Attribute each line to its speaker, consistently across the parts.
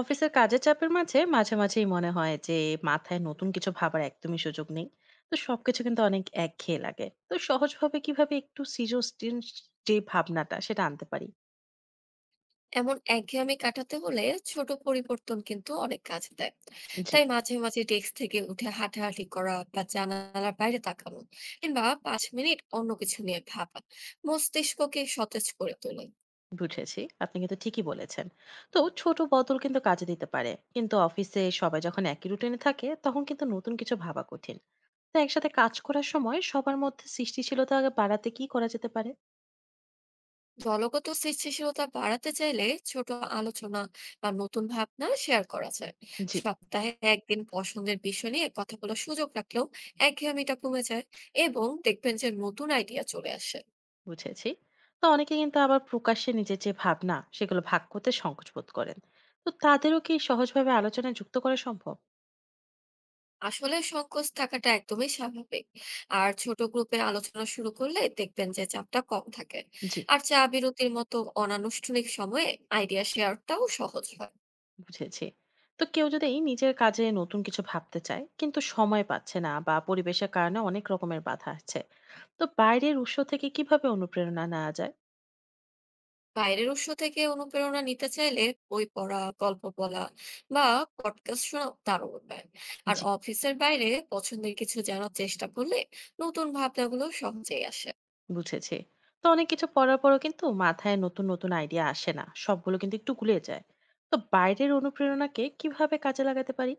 Speaker 1: অফিসের কাজের চাপের মাঝে মাঝে মাঝেই মনে হয় যে মাথায় নতুন কিছু ভাবার একদমই সুযোগ নেই। তো সবকিছু কিন্তু অনেক একঘেয়ে লাগে। তো সহজভাবে কিভাবে একটু সৃজনশীল যে ভাবনাটা সেটা আনতে পারি?
Speaker 2: এমন একঘেয়েমি কাটাতে হলে ছোট পরিবর্তন কিন্তু অনেক কাজে দেয়।
Speaker 1: জি,
Speaker 2: তাই মাঝে মাঝে ডেস্ক থেকে উঠে হাঁটাহাঁটি করা বা জানালার বাইরে তাকানো কিংবা 5 মিনিট অন্য কিছু নিয়ে ভাবা মস্তিষ্ককে সতেজ করে তোলে।
Speaker 1: বুঝেছি, আপনি কিন্তু ঠিকই বলেছেন। তো ছোট বদল কিন্তু কাজে দিতে পারে, কিন্তু অফিসে সবাই যখন একই রুটিনে থাকে তখন কিন্তু নতুন কিছু ভাবা কঠিন। তো একসাথে কাজ করার সময় সবার মধ্যে সৃষ্টিশীলতা বাড়াতে কি করা যেতে পারে?
Speaker 2: দলগত সৃষ্টিশীলতা বাড়াতে চাইলে ছোট আলোচনা বা নতুন ভাবনা শেয়ার করা যায়।
Speaker 1: জি,
Speaker 2: সপ্তাহে একদিন পছন্দের বিষয় নিয়ে কথা বলার সুযোগ রাখলেও একঘেয়েমিটা কমে যায় এবং দেখবেন যে নতুন আইডিয়া চলে আসে।
Speaker 1: বুঝেছি। তো অনেকে কিন্তু আবার প্রকাশ্যে নিজের যে ভাবনা সেগুলো ভাগ করতে সংকোচ বোধ করেন। তো তাদেরও কি সহজভাবে আলোচনায় যুক্ত করা সম্ভব?
Speaker 2: আসলে সংকোচ থাকাটা একদমই স্বাভাবিক। আর ছোট গ্রুপে আলোচনা শুরু করলে দেখবেন যে চাপটা কম থাকে।
Speaker 1: জি,
Speaker 2: আর চা বিরতির মতো অনানুষ্ঠানিক সময়ে আইডিয়া শেয়ারটাও সহজ হয়।
Speaker 1: বুঝেছি। তো কেউ যদি এই নিজের কাজে নতুন কিছু ভাবতে চায় কিন্তু সময় পাচ্ছে না বা পরিবেশের কারণে অনেক রকমের বাধা আছে, তো বাইরের উৎস থেকে কিভাবে অনুপ্রেরণা নেওয়া যায়?
Speaker 2: বাইরের উৎস থেকে অনুপ্রেরণা নিতে চাইলে বই পড়া, গল্প বলা বা পডকাস্ট শোনা দারুণ উপায়। আর
Speaker 1: জি,
Speaker 2: অফিসের বাইরে পছন্দের কিছু জানার চেষ্টা করলে নতুন ভাবনাগুলো সহজেই আসে।
Speaker 1: বুঝেছি। তো অনেক কিছু পড়ার পরও কিন্তু মাথায় নতুন নতুন আইডিয়া আসে না, সবগুলো কিন্তু একটু গুলিয়ে যায়। তো বাইরের অনুপ্রেরণাকে কিভাবে কাজে লাগাতে পারি?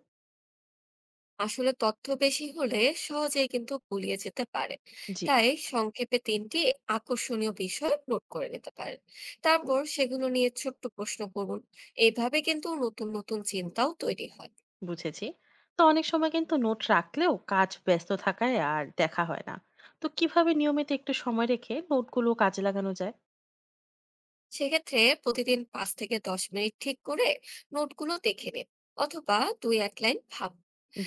Speaker 2: আসলে তথ্য বেশি হলে সহজেই কিন্তু গুলিয়ে যেতে পারে।
Speaker 1: জি,
Speaker 2: তাই সংক্ষেপে তিনটি আকর্ষণীয় বিষয় নোট করে নিতে পারেন। তারপর সেগুলো নিয়ে ছোট্ট প্রশ্ন করুন। এইভাবে কিন্তু নতুন নতুন চিন্তাও তৈরি হয়।
Speaker 1: বুঝেছি। তো অনেক সময় কিন্তু নোট রাখলেও কাজ ব্যস্ত থাকায় আর দেখা হয় না। তো কিভাবে নিয়মিত একটু সময় রেখে নোটগুলো কাজে লাগানো যায়?
Speaker 2: সেক্ষেত্রে প্রতিদিন 5 থেকে 10 মিনিট ঠিক করে নোটগুলো দেখে নিন, অথবা দুই এক লাইন ভাব।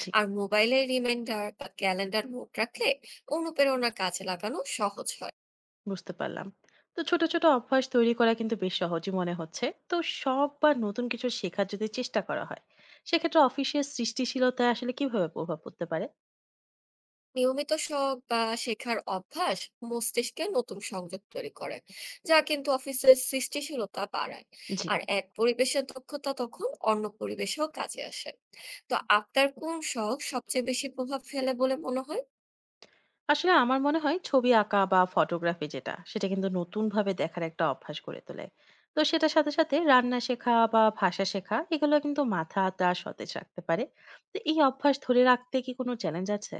Speaker 1: জি,
Speaker 2: আর মোবাইলে রিমাইন্ডার বা ক্যালেন্ডার নোট রাখলে অনুপ্রেরণা কাজে লাগানো সহজ হয়।
Speaker 1: বুঝতে পারলাম। তো ছোট ছোট অভ্যাস তৈরি করা কিন্তু বেশ সহজই মনে হচ্ছে। তো সব বা নতুন কিছু শেখার যদি চেষ্টা করা হয়, সেক্ষেত্রে অফিসের সৃষ্টিশীলতায় আসলে কিভাবে প্রভাব পড়তে পারে?
Speaker 2: নিয়মিত শখ বা শেখার অভ্যাস মস্তিষ্কে নতুন সংযোগ তৈরি করে, যা কিন্তু অফিসের সৃষ্টিশীলতা বাড়ায়।
Speaker 1: জি।
Speaker 2: আর এক পরিবেশের দক্ষতা তখন অন্য পরিবেশেও কাজে আসে। তো আপনার কোন শখ সবচেয়ে বেশি প্রভাব ফেলে বলে মনে হয়?
Speaker 1: আসলে আমার মনে হয় ছবি আঁকা বা ফটোগ্রাফি যেটা, সেটা কিন্তু নতুন ভাবে দেখার একটা অভ্যাস গড়ে তোলে। তো সেটার সাথে সাথে রান্না শেখা বা ভাষা শেখা, এগুলো কিন্তু মাথাটা সতেজ রাখতে পারে। তো এই অভ্যাস ধরে রাখতে কি কোনো চ্যালেঞ্জ আছে?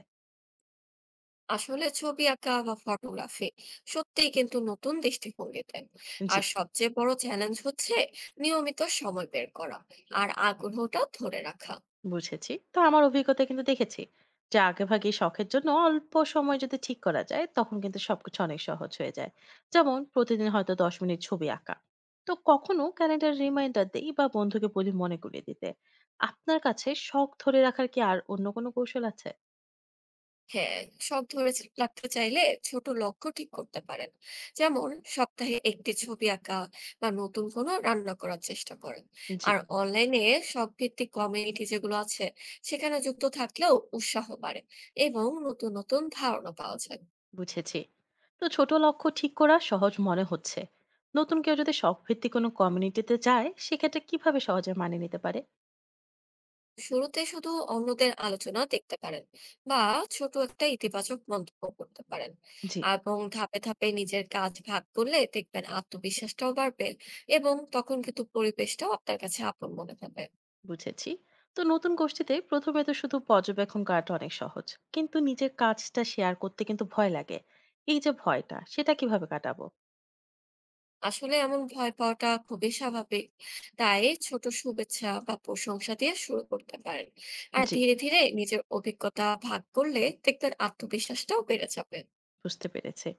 Speaker 2: আসলে ছবি আঁকা বা ফটোগ্রাফি সত্যিই কিন্তু নতুন দৃষ্টিভঙ্গি দেয়।
Speaker 1: জি,
Speaker 2: আর সবচেয়ে বড় চ্যালেঞ্জ হচ্ছে নিয়মিত সময় বের করা আর আগ্রহটা ধরে রাখা।
Speaker 1: বুঝেছি। তো আমার অভিজ্ঞতায় কিন্তু দেখেছি যে আগেভাগে শখের জন্য অল্প সময় যদি ঠিক করা যায় তখন কিন্তু সবকিছু অনেক সহজ হয়ে যায়। যেমন প্রতিদিন হয়তো ১০ মিনিট ছবি আঁকা। তো কখনো ক্যালেন্ডার রিমাইন্ডার দেই বা বন্ধুকে বলি মনে করিয়ে দিতে। আপনার কাছে শখ ধরে রাখার কি আর অন্য কোনো কৌশল আছে?
Speaker 2: হ্যাঁ, শখ ধরে রাখতে চাইলে ছোট লক্ষ্য ঠিক করতে পারেন। যেমন সপ্তাহে একটি ছবি আঁকা বা নতুন কোনো রান্না করার চেষ্টা করেন।
Speaker 1: জি,
Speaker 2: আর অনলাইনে শখ ভিত্তিক কমিউনিটি যেগুলো আছে, সেখানে যুক্ত থাকলেও উৎসাহ বাড়ে এবং নতুন নতুন ধারণা পাওয়া যায়।
Speaker 1: বুঝেছি। তো ছোট লক্ষ্য ঠিক করা সহজ মনে হচ্ছে। নতুন কেউ যদি শখভিত্তিক কোনো কমিউনিটিতে যায় সেক্ষেত্রে কিভাবে সহজে মানিয়ে নিতে পারে?
Speaker 2: শুরুতে শুধু অন্যদের আলোচনা দেখতে পারেন, বা ছোট একটা ইতিবাচক মন্তব্য করতে পারেন।
Speaker 1: জি,
Speaker 2: এবং ধাপে ধাপে নিজের কাজ ভাগ করলে দেখবেন আত্মবিশ্বাসটাও বাড়বে, এবং তখন কিন্তু পরিবেশটাও আপনার কাছে আপন মনে হবে।
Speaker 1: বুঝেছি। তো নতুন গোষ্ঠীতে প্রথমে তো শুধু পর্যবেক্ষণ করাটা অনেক সহজ, কিন্তু নিজের কাজটা শেয়ার করতে কিন্তু ভয় লাগে। এই যে ভয়টা, সেটা কিভাবে কাটাবো?
Speaker 2: আসলে এমন ভয় পাওয়াটা খুবই স্বাভাবিক। তাই ছোট শুভেচ্ছা বা প্রশংসা দিয়ে শুরু করতে পারেন। আর
Speaker 1: জি,
Speaker 2: ধীরে ধীরে নিজের অভিজ্ঞতা ভাগ করলে দেখবেন আত্মবিশ্বাসটাও বেড়ে যাবে।
Speaker 1: বুঝতে পেরেছে।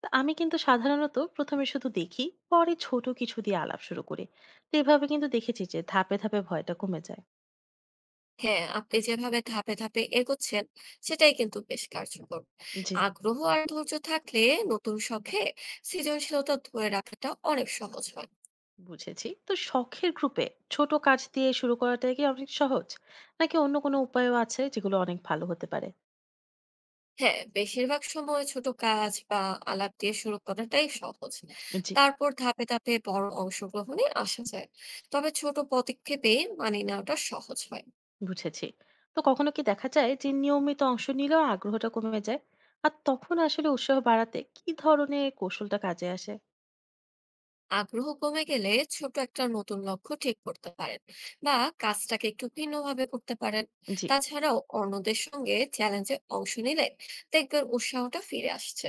Speaker 1: তা আমি কিন্তু সাধারণত প্রথমে শুধু দেখি, পরে ছোট কিছু দিয়ে আলাপ শুরু করি। তো এভাবে কিন্তু দেখেছি যে ধাপে ধাপে ভয়টা কমে যায়।
Speaker 2: হ্যাঁ, আপনি যেভাবে ধাপে ধাপে এগোচ্ছেন, সেটাই কিন্তু বেশ কার্যকর।
Speaker 1: জি,
Speaker 2: আগ্রহ আর ধৈর্য থাকলে নতুন শখে সৃজনশীলতা ধরে রাখাটা অনেক সহজ হয়।
Speaker 1: বুঝেছি। তো শখের গ্রুপে ছোট কাজ দিয়ে শুরু করাটা কি অনেক সহজ, নাকি অন্য কোনো উপায়ও আছে যেগুলো অনেক ভালো হতে পারে?
Speaker 2: হ্যাঁ, বেশিরভাগ সময় ছোট কাজ বা আলাপ দিয়ে শুরু করাটাই সহজ।
Speaker 1: জি,
Speaker 2: তারপর ধাপে ধাপে বড় অংশগ্রহণে আসা যায়। তবে ছোট পদক্ষেপে মানিয়ে নেওয়াটা সহজ হয়।
Speaker 1: বুঝেছি। তো কখনো কি দেখা যায় যে নিয়মিত অংশ নিলেও আগ্রহটা কমে যায়? আর তখন আসলে উৎসাহ বাড়াতে কি ধরনের কৌশলটা কাজে আসে?
Speaker 2: আগ্রহ কমে গেলে ছোট একটা নতুন লক্ষ্য ঠিক করতে পারেন, বা কাজটাকে একটু ভিন্নভাবে করতে পারেন।
Speaker 1: জি,
Speaker 2: তাছাড়াও অন্যদের সঙ্গে চ্যালেঞ্জে অংশ নিলে দেখবেন উৎসাহটা ফিরে আসছে।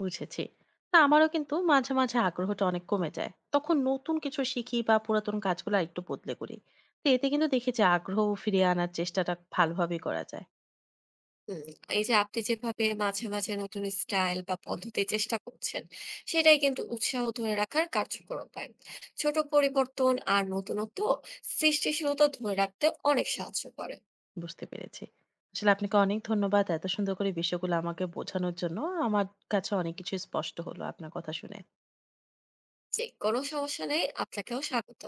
Speaker 1: বুঝেছি। না, আমারও কিন্তু মাঝে মাঝে আগ্রহটা অনেক কমে যায়, তখন নতুন কিছু শিখি বা পুরাতন কাজগুলো একটু বদলে করি। তো এতে কিন্তু দেখি যে আগ্রহ ফিরিয়ে আনার চেষ্টাটা ভালোভাবেই করা যায়।
Speaker 2: হুম, এই যে আপনি যেভাবে মাঝে মাঝে নতুন স্টাইল বা পদ্ধতি চেষ্টা করছেন, সেটাই কিন্তু উৎসাহ ধরে রাখার কার্যকর উপায়। ছোট পরিবর্তন আর নতুনত্ব সৃষ্টিশীলতা ধরে রাখতে অনেক সাহায্য করে।
Speaker 1: বুঝতে পেরেছি। আসলে আপনাকে অনেক ধন্যবাদ এত সুন্দর করে বিষয়গুলো আমাকে বোঝানোর জন্য। আমার কাছে অনেক কিছু স্পষ্ট হলো আপনার কথা শুনে।
Speaker 2: যে কোনো সমস্যা নেই, আপনাকেও স্বাগত।